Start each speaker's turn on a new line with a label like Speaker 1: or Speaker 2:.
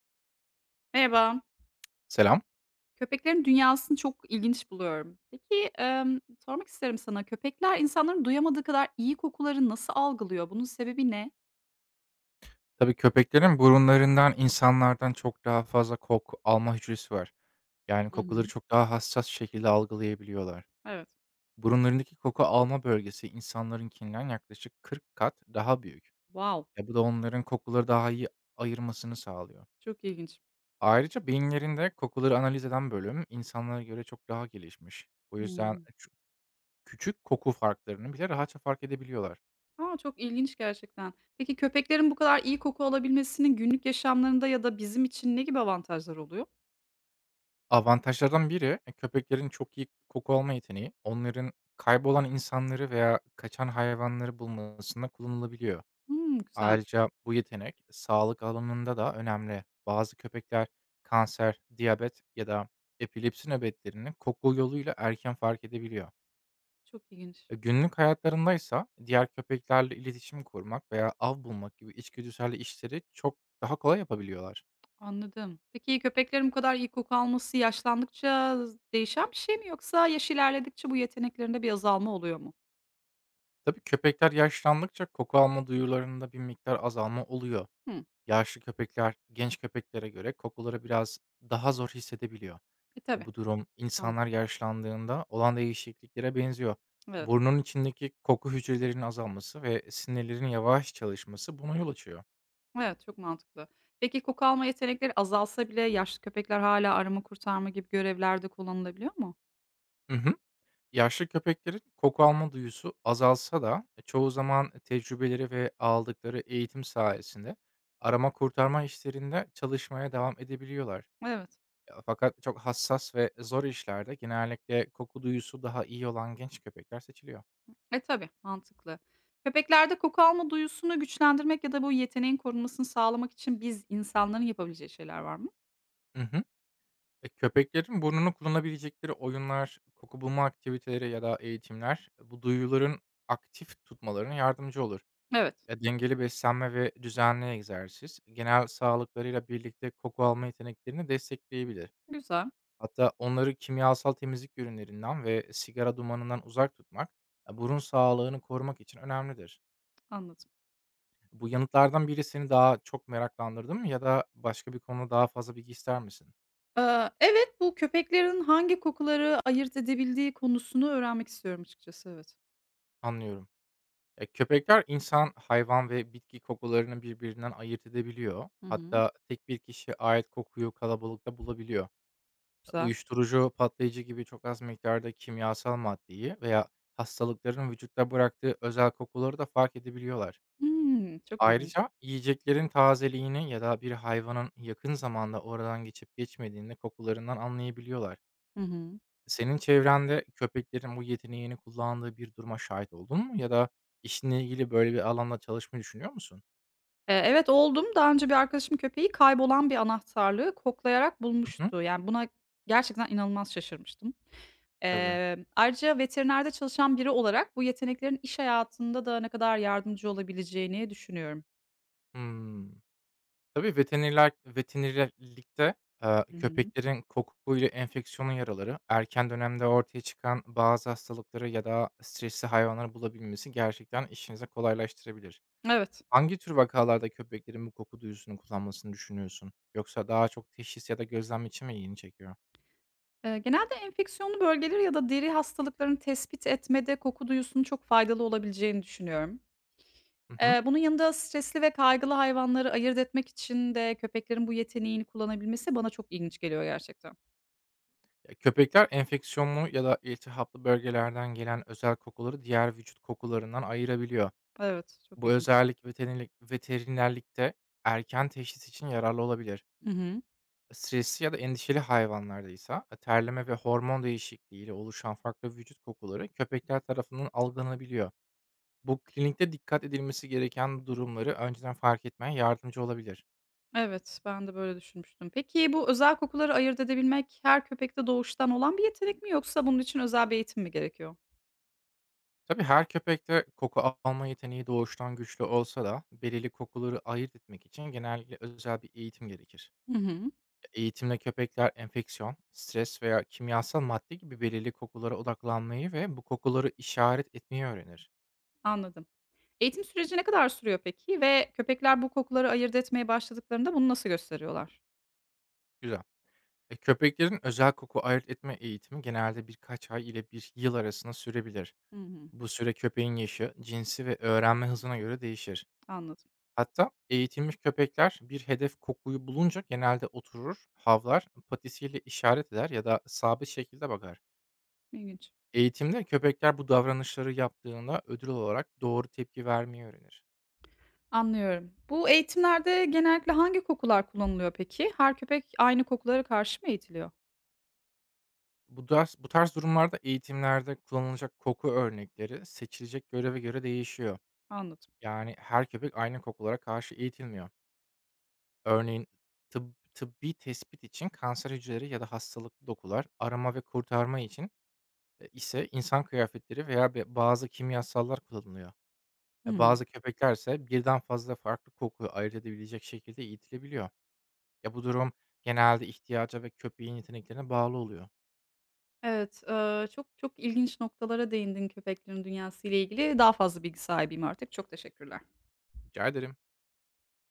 Speaker 1: Merhaba.
Speaker 2: Selam.
Speaker 1: Köpeklerin dünyasını çok ilginç buluyorum. Peki, sormak isterim sana, köpekler insanların duyamadığı kadar iyi kokuları nasıl algılıyor? Bunun sebebi ne?
Speaker 2: Tabii köpeklerin burunlarından insanlardan çok daha fazla koku alma hücresi var. Yani
Speaker 1: Hı
Speaker 2: kokuları
Speaker 1: hı.
Speaker 2: çok daha hassas şekilde algılayabiliyorlar.
Speaker 1: Evet.
Speaker 2: Burunlarındaki koku alma bölgesi insanlarınkinden yaklaşık 40 kat daha büyük.
Speaker 1: Wow!
Speaker 2: Ya bu da onların kokuları daha iyi ayırmasını sağlıyor.
Speaker 1: Çok ilginç.
Speaker 2: Ayrıca beyinlerinde kokuları analiz eden bölüm insanlara göre çok daha gelişmiş. Bu yüzden
Speaker 1: Hımm.
Speaker 2: küçük koku farklarını bile rahatça fark edebiliyorlar.
Speaker 1: A, çok ilginç gerçekten. Peki, köpeklerin bu kadar iyi koku alabilmesinin günlük yaşamlarında ya da bizim için ne gibi avantajlar oluyor?
Speaker 2: Avantajlardan biri, köpeklerin çok iyi koku alma yeteneği, onların kaybolan insanları veya kaçan hayvanları bulmasında kullanılabiliyor.
Speaker 1: Hımm, güzel.
Speaker 2: Ayrıca bu yetenek sağlık alanında da önemli. Bazı köpekler kanser, diyabet ya da epilepsi nöbetlerini koku yoluyla erken fark edebiliyor.
Speaker 1: Çok ilginç.
Speaker 2: Günlük hayatlarındaysa diğer köpeklerle iletişim kurmak veya av bulmak gibi içgüdüsel işleri çok daha kolay yapabiliyorlar.
Speaker 1: Anladım. Peki, köpeklerin bu kadar iyi koku alması yaşlandıkça değişen bir şey mi yoksa yaş ilerledikçe bu yeteneklerinde bir azalma oluyor mu?
Speaker 2: Tabii köpekler yaşlandıkça koku alma duyularında bir miktar azalma oluyor.
Speaker 1: Hımm.
Speaker 2: Yaşlı köpekler genç köpeklere göre kokuları biraz daha zor hissedebiliyor.
Speaker 1: E, tabii.
Speaker 2: Bu durum
Speaker 1: Mant
Speaker 2: insanlar yaşlandığında olan değişikliklere benziyor.
Speaker 1: Evet.
Speaker 2: Burnun içindeki koku hücrelerinin azalması ve sinirlerin yavaş çalışması buna yol açıyor.
Speaker 1: Evet, çok mantıklı. Peki koku alma yetenekleri azalsa bile yaşlı köpekler hala arama kurtarma gibi görevlerde kullanılabiliyor mu?
Speaker 2: Hı hı. Yaşlı köpeklerin koku alma duyusu azalsa da çoğu zaman tecrübeleri ve aldıkları eğitim sayesinde arama kurtarma işlerinde çalışmaya devam edebiliyorlar.
Speaker 1: Evet.
Speaker 2: Fakat çok hassas ve zor işlerde genellikle koku duyusu daha iyi olan genç köpekler seçiliyor.
Speaker 1: E, tabii, mantıklı. Köpeklerde koku alma duyusunu güçlendirmek ya da bu yeteneğin korunmasını sağlamak için biz insanların yapabileceği şeyler var mı?
Speaker 2: Hı hı. Köpeklerin burnunu kullanabilecekleri oyunlar, koku bulma aktiviteleri ya da eğitimler bu duyuların aktif tutmalarına yardımcı olur.
Speaker 1: Evet.
Speaker 2: Dengeli beslenme ve düzenli egzersiz genel sağlıklarıyla birlikte koku alma yeteneklerini destekleyebilir.
Speaker 1: Güzel,
Speaker 2: Hatta onları kimyasal temizlik ürünlerinden ve sigara dumanından uzak tutmak burun sağlığını korumak için önemlidir.
Speaker 1: anladım.
Speaker 2: Bu yanıtlardan biri seni daha çok meraklandırdı mı ya da başka bir konuda daha fazla bilgi ister misin?
Speaker 1: Evet, bu köpeklerin hangi kokuları ayırt edebildiği konusunu öğrenmek istiyorum açıkçası, evet.
Speaker 2: Anlıyorum. Köpekler insan, hayvan ve bitki kokularını birbirinden ayırt edebiliyor.
Speaker 1: Hı hı.
Speaker 2: Hatta tek bir kişiye ait kokuyu kalabalıkta bulabiliyor. E,
Speaker 1: Güzel.
Speaker 2: Uyuşturucu, patlayıcı gibi çok az miktarda kimyasal maddeyi veya hastalıkların vücutta bıraktığı özel kokuları da fark edebiliyorlar.
Speaker 1: Hımm, çok ilginç.
Speaker 2: Ayrıca yiyeceklerin tazeliğini ya da bir hayvanın yakın zamanda oradan geçip geçmediğini kokularından anlayabiliyorlar.
Speaker 1: Hı hı.
Speaker 2: Senin çevrende köpeklerin bu yeteneğini kullandığı bir duruma şahit oldun mu ya da işinle ilgili böyle bir alanda çalışmayı düşünüyor musun?
Speaker 1: Evet, oldum. Daha önce bir arkadaşım köpeği kaybolan bir anahtarlığı koklayarak
Speaker 2: Hı hı.
Speaker 1: bulmuştu. Yani, buna gerçekten inanılmaz şaşırmıştım.
Speaker 2: Tabii.
Speaker 1: Ayrıca veterinerde çalışan biri olarak bu yeteneklerin iş hayatında da ne kadar yardımcı olabileceğini düşünüyorum.
Speaker 2: Hımm. Tabii veterinerler veterinerlikte,
Speaker 1: Hı hı.
Speaker 2: köpeklerin kokuyla enfeksiyonun yaraları, erken dönemde ortaya çıkan bazı hastalıkları ya da stresli hayvanları bulabilmesi gerçekten işinize kolaylaştırabilir.
Speaker 1: Evet.
Speaker 2: Hangi tür vakalarda köpeklerin bu koku duyusunu kullanmasını düşünüyorsun? Yoksa daha çok teşhis ya da gözlem için mi ilgini çekiyor?
Speaker 1: Genelde enfeksiyonlu bölgeleri ya da deri hastalıklarını tespit etmede koku duyusunun çok faydalı olabileceğini düşünüyorum.
Speaker 2: Hı hı.
Speaker 1: Bunun yanında stresli ve kaygılı hayvanları ayırt etmek için de köpeklerin bu yeteneğini kullanabilmesi bana çok ilginç geliyor gerçekten.
Speaker 2: Köpekler enfeksiyonlu ya da iltihaplı bölgelerden gelen özel kokuları diğer vücut kokularından ayırabiliyor.
Speaker 1: Evet, çok
Speaker 2: Bu
Speaker 1: ilginç.
Speaker 2: özellik veterinerlik, veterinerlikte erken teşhis için yararlı olabilir.
Speaker 1: Hı hı.
Speaker 2: Stresli ya da endişeli hayvanlarda ise terleme ve hormon değişikliği ile oluşan farklı vücut kokuları köpekler tarafından algılanabiliyor. Bu klinikte dikkat edilmesi gereken durumları önceden fark etmeye yardımcı olabilir.
Speaker 1: Evet, ben de böyle düşünmüştüm. Peki bu özel kokuları ayırt edebilmek her köpekte doğuştan olan bir yetenek mi yoksa bunun için özel bir eğitim mi gerekiyor?
Speaker 2: Tabii her köpekte koku alma yeteneği doğuştan güçlü olsa da belirli kokuları ayırt etmek için genellikle özel bir eğitim gerekir.
Speaker 1: Hı hı.
Speaker 2: Eğitimle köpekler enfeksiyon, stres veya kimyasal madde gibi belirli kokulara odaklanmayı ve bu kokuları işaret etmeyi öğrenir.
Speaker 1: Anladım. Eğitim süreci ne kadar sürüyor peki ve köpekler bu kokuları ayırt etmeye başladıklarında bunu nasıl gösteriyorlar?
Speaker 2: Güzel. Köpeklerin özel koku ayırt etme eğitimi genelde birkaç ay ile bir yıl arasında sürebilir.
Speaker 1: Hı hı.
Speaker 2: Bu süre köpeğin yaşı, cinsi ve öğrenme hızına göre değişir.
Speaker 1: Anladım.
Speaker 2: Hatta eğitilmiş köpekler bir hedef kokuyu bulunca genelde oturur, havlar, patisiyle işaret eder ya da sabit şekilde bakar.
Speaker 1: İlginç.
Speaker 2: Eğitimde köpekler bu davranışları yaptığında ödül olarak doğru tepki vermeyi öğrenir.
Speaker 1: Anlıyorum. Bu eğitimlerde genellikle hangi kokular kullanılıyor peki? Her köpek aynı kokulara karşı mı eğitiliyor?
Speaker 2: Bu tarz durumlarda eğitimlerde kullanılacak koku örnekleri seçilecek göreve göre değişiyor.
Speaker 1: Anladım.
Speaker 2: Yani her köpek aynı kokulara karşı eğitilmiyor. Örneğin tıbbi tespit için kanser hücreleri ya da hastalıklı dokular, arama ve kurtarma için ise insan kıyafetleri veya bazı kimyasallar kullanılıyor. Bazı köpekler ise birden fazla farklı kokuyu ayırt edebilecek şekilde eğitilebiliyor. Ya bu durum genelde ihtiyaca ve köpeğin yeteneklerine bağlı oluyor.
Speaker 1: Evet, çok çok ilginç noktalara değindin köpeklerin dünyası ile ilgili. Daha fazla bilgi sahibiyim artık. Çok teşekkürler.
Speaker 2: Rica ederim.